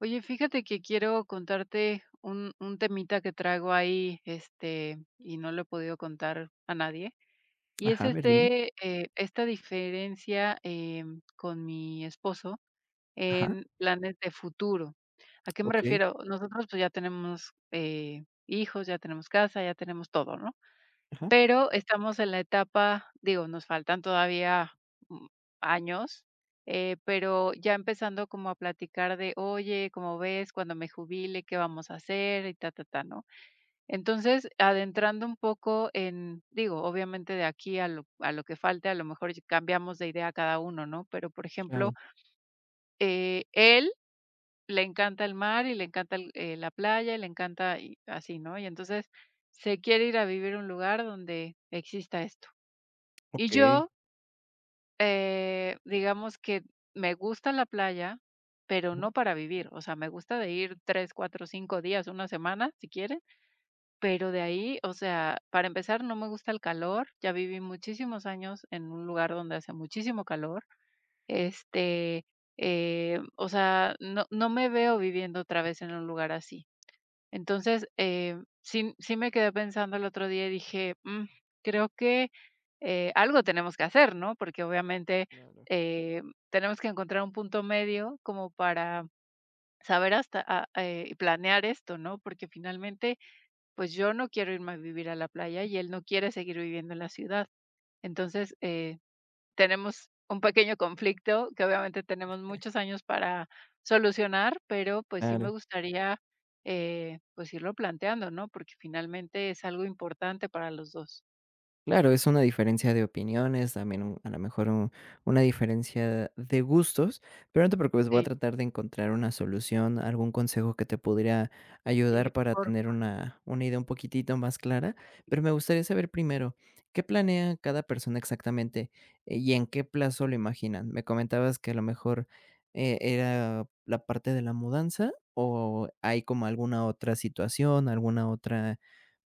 Oye, fíjate que quiero contarte un temita que traigo ahí, y no lo he podido contar a nadie. Y Ajá, es a ver, dime. Esta diferencia con mi esposo Ajá, en planes de futuro. ¿A qué me okey, refiero? Nosotros, pues, ya tenemos hijos, ya tenemos casa, ya tenemos todo, ¿no? ajá, Pero estamos en la etapa, digo, nos faltan todavía, mm, años, pero ya empezando como a platicar de: "Oye, ¿cómo ves? Cuando me jubile, ¿qué vamos a hacer?", y ta, ta, ta, ¿no? Entonces, adentrando un poco en digo, obviamente, de aquí a lo que falte, a lo mejor y cambiamos de idea cada uno, ¿no? Pero, por ejemplo, claro, él, le encanta el mar y le encanta el la playa y le encanta y así, ¿no? Y entonces se quiere ir a vivir a un lugar donde exista esto. Y okey, yo, digamos que me gusta la playa, pero ujú, no para vivir. O sea, me gusta de ir 3 4 5 días, una semana, si quieren, pero de ahí, o sea, para empezar, no me gusta el calor, ya viví muchísimos años en un lugar donde hace muchísimo calor. este, o sea, no, no me veo viviendo otra vez en un lugar así. Entonces, sí sí me quedé pensando el otro día y dije: Creo que, algo tenemos que hacer", ¿no? Porque, obviamente, claro, eh, tenemos que encontrar un punto medio como para saber hasta a y planear esto, ¿no? Porque, finalmente, pues, yo no quiero irme a vivir a la playa y él no quiere seguir viviendo en la ciudad. Entonces, tenemos un pequeño conflicto que, obviamente, tenemos muchos años para solucionar, pero pues sí me claro. gustaría, pues irlo planteando, ¿no? Porque, finalmente, es algo importante para los dos. Claro, es una diferencia de opiniones, también a lo mejor una diferencia de gustos, pero no te preocupes, voy a Sí, tratar de encontrar una solución, algún consejo que te pudiera y ayudar para por tener una idea un poquitito más clara, pero me gustaría saber primero, ¿qué planea cada persona exactamente y en qué plazo lo imaginan? Me comentabas que a lo mejor era la parte de la mudanza o hay como alguna otra situación, alguna otra,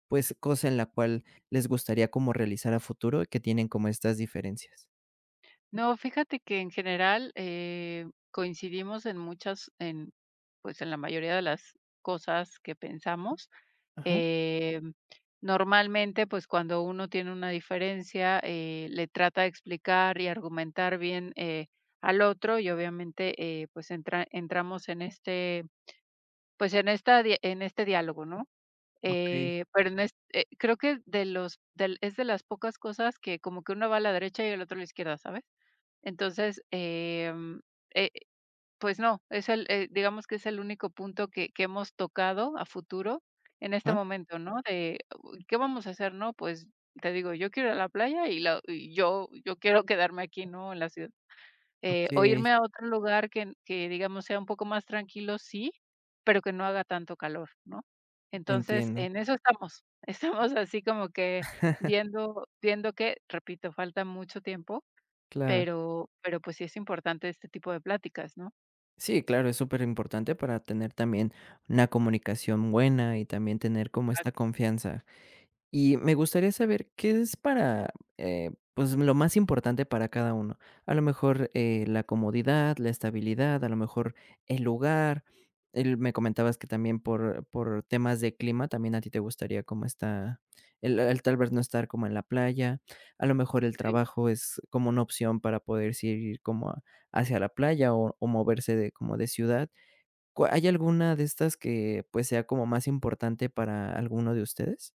pues, cosa en la cual les gustaría como realizar a futuro, y que tienen como estas diferencias. no, fíjate que, en general, coincidimos en muchas pues, en la mayoría de las cosas que pensamos. Ajá, Em, Normalmente, pues, cuando uno tiene una diferencia, le trata de explicar y argumentar bien, al otro y, obviamente, pues, entramos en pues, en esta di en este diálogo, ¿no? okey. Pero en es creo que de los del es de las pocas cosas que, como que, uno va a la derecha y el otro a la izquierda, ¿sabes? Entonces, e pues no, es digamos que es el único punto que hemos tocado a futuro en este Ajá, momento, ¿no? De, "Uy, ¿qué vamos a hacer? No, pues te digo, yo quiero ir a la playa y la y yo yo quiero quedarme aquí, ¿no? En la ciudad. O okey, irme a otro lugar que digamos sea un poco más tranquilo, sí, pero que no haga tanto calor, ¿no? Entonces, entiendo. en eso estamos. Estamos así, como que viendo que, repito, falta mucho tiempo, Claro. pero pues sí es importante este tipo de pláticas, ¿no? Sí, claro, es superimportante para tener también una comunicación buena y también tener como Ah, esta confianza. Y me gustaría saber qué es para, pues, lo más importante para cada uno. A lo mejor, la comodidad, la estabilidad, a lo mejor el lugar. El me comentabas que también por temas de clima, también a ti te gustaría cómo está el, tal vez, no estar como en la playa. A lo mejor el sí. trabajo es como una opción para poder ir como a hacia la playa o moverse de como de ciudad. ¿Cua hay alguna de estas que, pues, sea como más importante para alguno de ustedes?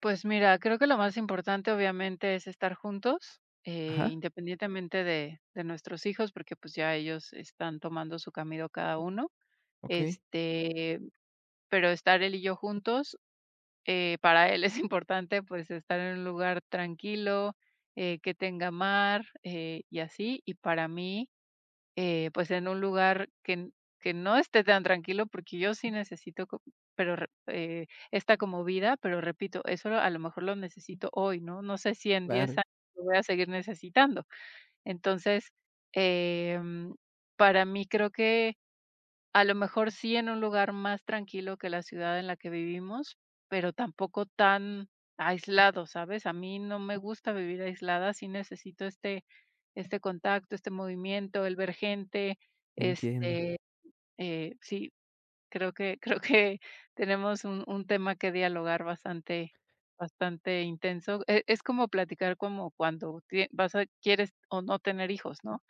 Pues mira, creo que lo más importante, obviamente, es estar juntos, Ajá. independientemente de nuestros hijos, porque pues ya ellos están tomando su camino cada uno. Okey, Este, pero estar él y yo juntos, para él es importante, pues, estar en un lugar tranquilo, que tenga mar, y así. Y para mí, pues, en un lugar que no esté tan tranquilo, porque yo sí necesito co pero re esta como vida, pero repito, eso lo, a lo mejor, lo necesito hoy, ¿no? No sé si en 10 claro, años lo voy a seguir necesitando. Entonces, em, para mí creo que, a lo mejor, sí, en un lugar más tranquilo que la ciudad en la que vivimos, pero tampoco tan aislado, ¿sabes? A mí no me gusta vivir aislada, sí necesito este contacto, este movimiento, el ver gente, entiendo, este, sí, creo que creo que tenemos un tema que dialogar bastante bastante intenso. Es como platicar como cuando tie vas a quieres o no tener hijos, ¿no?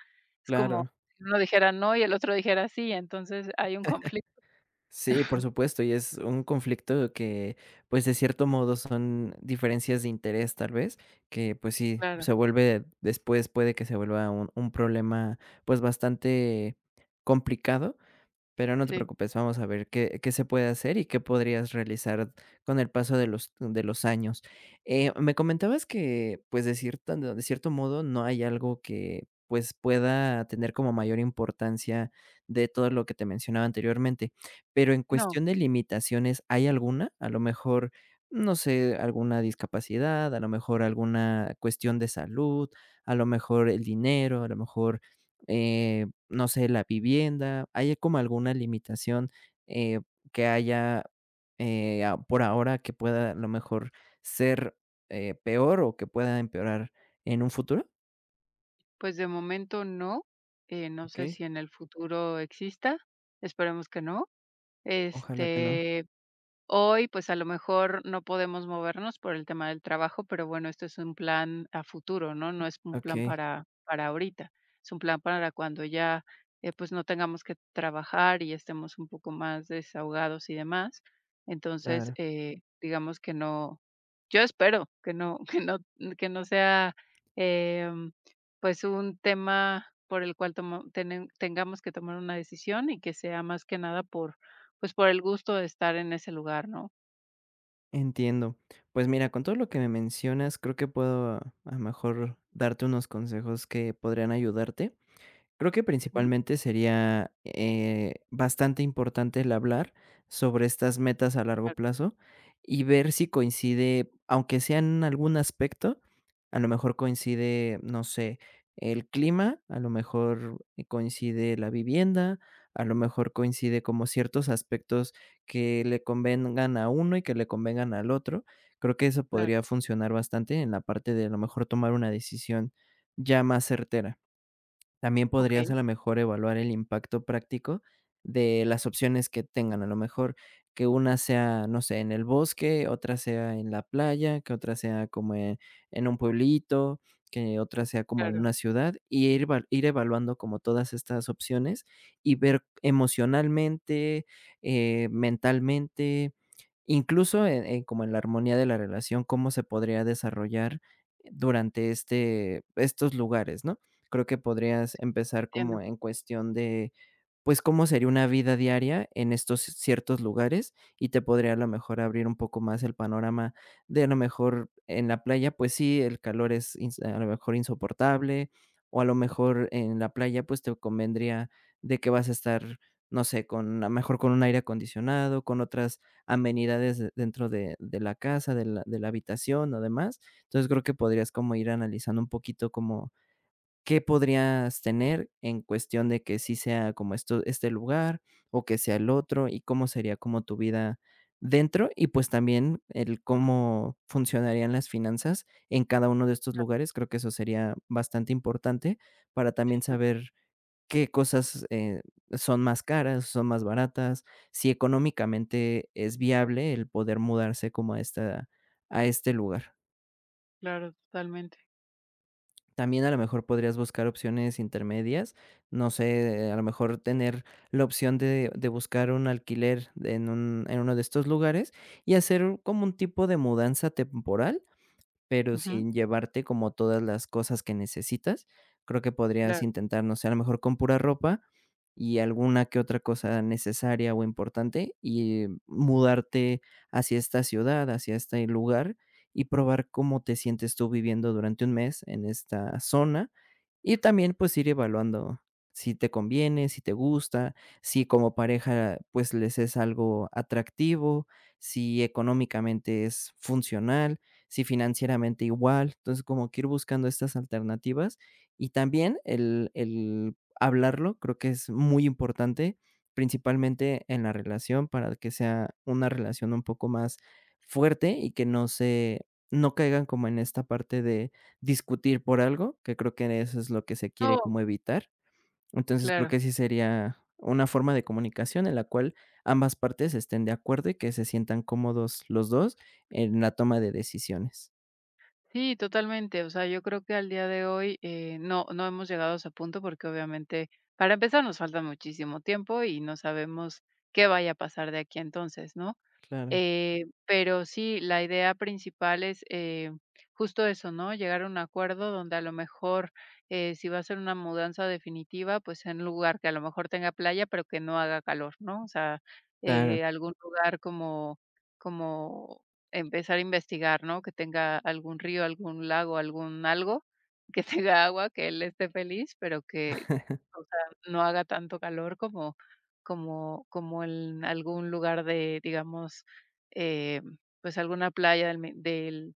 Es como claro. si uno dijera no y el otro dijera sí, entonces hay un conflicto. Sí, por supuesto, y es un conflicto que, pues, de cierto modo son diferencias de interés, tal vez, que, pues sí, Claro, se vuelve, después puede que se vuelva un problema, pues, bastante complicado. Pero no te sí. preocupes, vamos a ver qué se puede hacer y qué podrías realizar con el paso de los años. Me comentabas que, pues, de cierto modo, no hay algo que pues pueda tener como mayor importancia de todo lo que te mencionaba anteriormente. Pero en No, cuestión de limitaciones, ¿hay alguna? A lo mejor, no sé, alguna discapacidad, a lo mejor alguna cuestión de salud, a lo mejor el dinero, a lo mejor eh, no sé, la vivienda, ¿hay como alguna limitación, eh, que haya, a por ahora, que pueda a lo mejor ser, peor o que pueda empeorar en un futuro? pues de momento no, no sé Okey. si en el futuro exista, esperemos que no. Ojalá que no. Este Hoy, pues, a lo mejor no podemos movernos por el tema del trabajo, pero bueno, esto es un plan a futuro, ¿no? No es un plan Okey, para ahorita, es un plan para cuando ya, pues, no tengamos que trabajar y estemos un poco más desahogados y demás. Entonces, claro, digamos que no yo espero que no que no sea, em, pues, un tema por el cual tomo tenen tengamos que tomar una decisión y que sea más que nada por, pues, por el gusto de estar en ese lugar, ¿no? entiendo. Pues mira, con todo lo que me mencionas, creo que puedo a lo mejor darte unos consejos que podrían ayudarte. Creo que Ujú. principalmente sería, bastante importante el hablar sobre estas metas a largo Claro, plazo y ver si coincide, aunque sea en algún aspecto, a lo mejor coincide, no sé, el clima, a lo mejor coincide la vivienda, a lo mejor coincide como ciertos aspectos que le convengan a uno y que le convengan al otro. Creo que eso claro. podría funcionar bastante en la parte de a lo mejor tomar una decisión ya más certera. También podrías Okey, a lo mejor evaluar el impacto práctico de las opciones que tengan, a lo mejor que una sea, no sé, en el bosque, otra sea en la playa, que otra sea como en, un pueblito, que otra sea como en claro, una ciudad, y ir, ir evaluando como todas estas opciones y ver emocionalmente, mentalmente, incluso en como en la armonía de la relación, cómo se podría desarrollar durante estos lugares, ¿no? Creo que podrías empezar entiendo. como en cuestión de, pues, cómo sería una vida diaria en estos ciertos lugares, y te podría a lo mejor abrir un poco más el panorama de a lo mejor en la playa, pues sí, el calor es ins a lo mejor insoportable, o a lo mejor en la playa, pues, te convendría de que vas a estar, no sé, con a lo mejor con un aire acondicionado, con otras amenidades de dentro de la casa, de la habitación o demás. Entonces, creo que podrías como ir analizando un poquito como qué podrías tener en cuestión de que sí sea como esto este lugar o que sea el otro, y cómo sería como tu vida dentro, y pues también el cómo funcionarían las finanzas en cada uno de estos lugares. Creo que eso sería bastante importante para también Sí, total, saber qué cosas, son más caras, son más baratas, si económicamente es viable el poder mudarse como a este lugar. claro, totalmente. También a lo mejor podrías buscar opciones intermedias, no sé, a lo mejor tener la opción de buscar un alquiler en uno de estos lugares y hacer como un tipo de mudanza temporal. Pero Ujú, sin llevarte como todas las cosas que necesitas, creo que podrías claro. intentar, no sé, a lo mejor con pura ropa y alguna que otra cosa necesaria o importante, y mudarte hacia esta ciudad, hacia este lugar, y probar cómo te sientes tú viviendo durante un mes en esta zona. Y también, pues, ir evaluando si te conviene, si te gusta, si como pareja, pues, les es algo atractivo, si económicamente es funcional, si financieramente, igual. Entonces, como que ir buscando estas alternativas y también el hablarlo, creo que es muy importante, principalmente en la relación, para que sea una relación un poco más fuerte y que no se, no caigan como en esta parte de discutir por algo, que creo que eso es lo que se quiere No, como evitar. Entonces, creo claro. que sí sería una forma de comunicación en la cual ambas partes estén de acuerdo y que se sientan cómodos los dos en la toma de decisiones. Sí, totalmente. O sea, yo creo que al día de hoy, no hemos llegado a ese punto porque, obviamente, para empezar, nos falta muchísimo tiempo y no sabemos qué vaya a pasar de aquí a entonces, ¿no? Claro, Pero sí, la idea principal es, justo eso, ¿no? Llegar a un acuerdo donde, a lo mejor, si va a ser una mudanza definitiva, pues en un lugar que, a lo mejor, tenga playa, pero que no haga calor, ¿no? O sea, claro. Algún lugar como empezar a investigar, ¿no? Que tenga algún río, algún lago, algún algo, que tenga agua, que él esté feliz, pero que, o sea, no haga tanto calor como en algún lugar de, digamos, eh, pues, alguna playa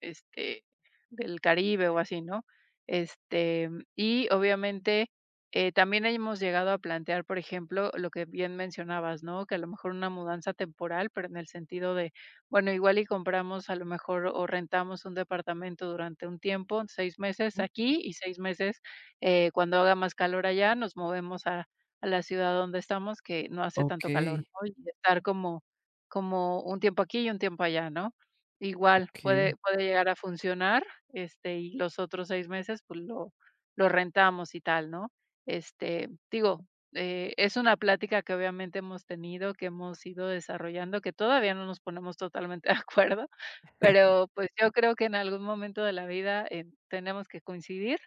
este, del Caribe o así, ¿no? Este, y, obviamente, también hemos llegado a plantear, por ejemplo, lo que bien mencionabas, ¿no? Que, a lo mejor, una mudanza temporal, pero en el sentido de, bueno, igual y compramos, a lo mejor, o rentamos un departamento durante un tiempo, 6 meses aquí y 6 meses, cuando haga más calor allá, nos movemos a la ciudad donde estamos, que no hace tanto calor, Okey, ¿no? Y estar como un tiempo aquí y un tiempo allá, ¿no? Igual, okey. puede llegar a funcionar, y los otros 6 meses, pues, lo rentamos y tal, ¿no? Digo, es una plática que, obviamente, hemos tenido, que hemos ido desarrollando, que todavía no nos ponemos totalmente de acuerdo, pero, pues, yo creo que en algún momento de la vida, tenemos que coincidir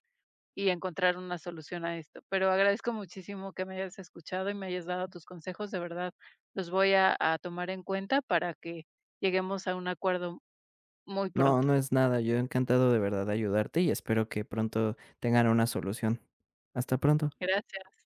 y encontrar una solución a esto. Pero agradezco muchísimo que me hayas escuchado y me hayas dado tus consejos, de verdad, los voy a tomar en cuenta para que lleguemos a un acuerdo muy No, pronto. no es nada, yo encantado de verdad de ayudarte y espero que pronto tengan una solución. Hasta pronto. Gracias.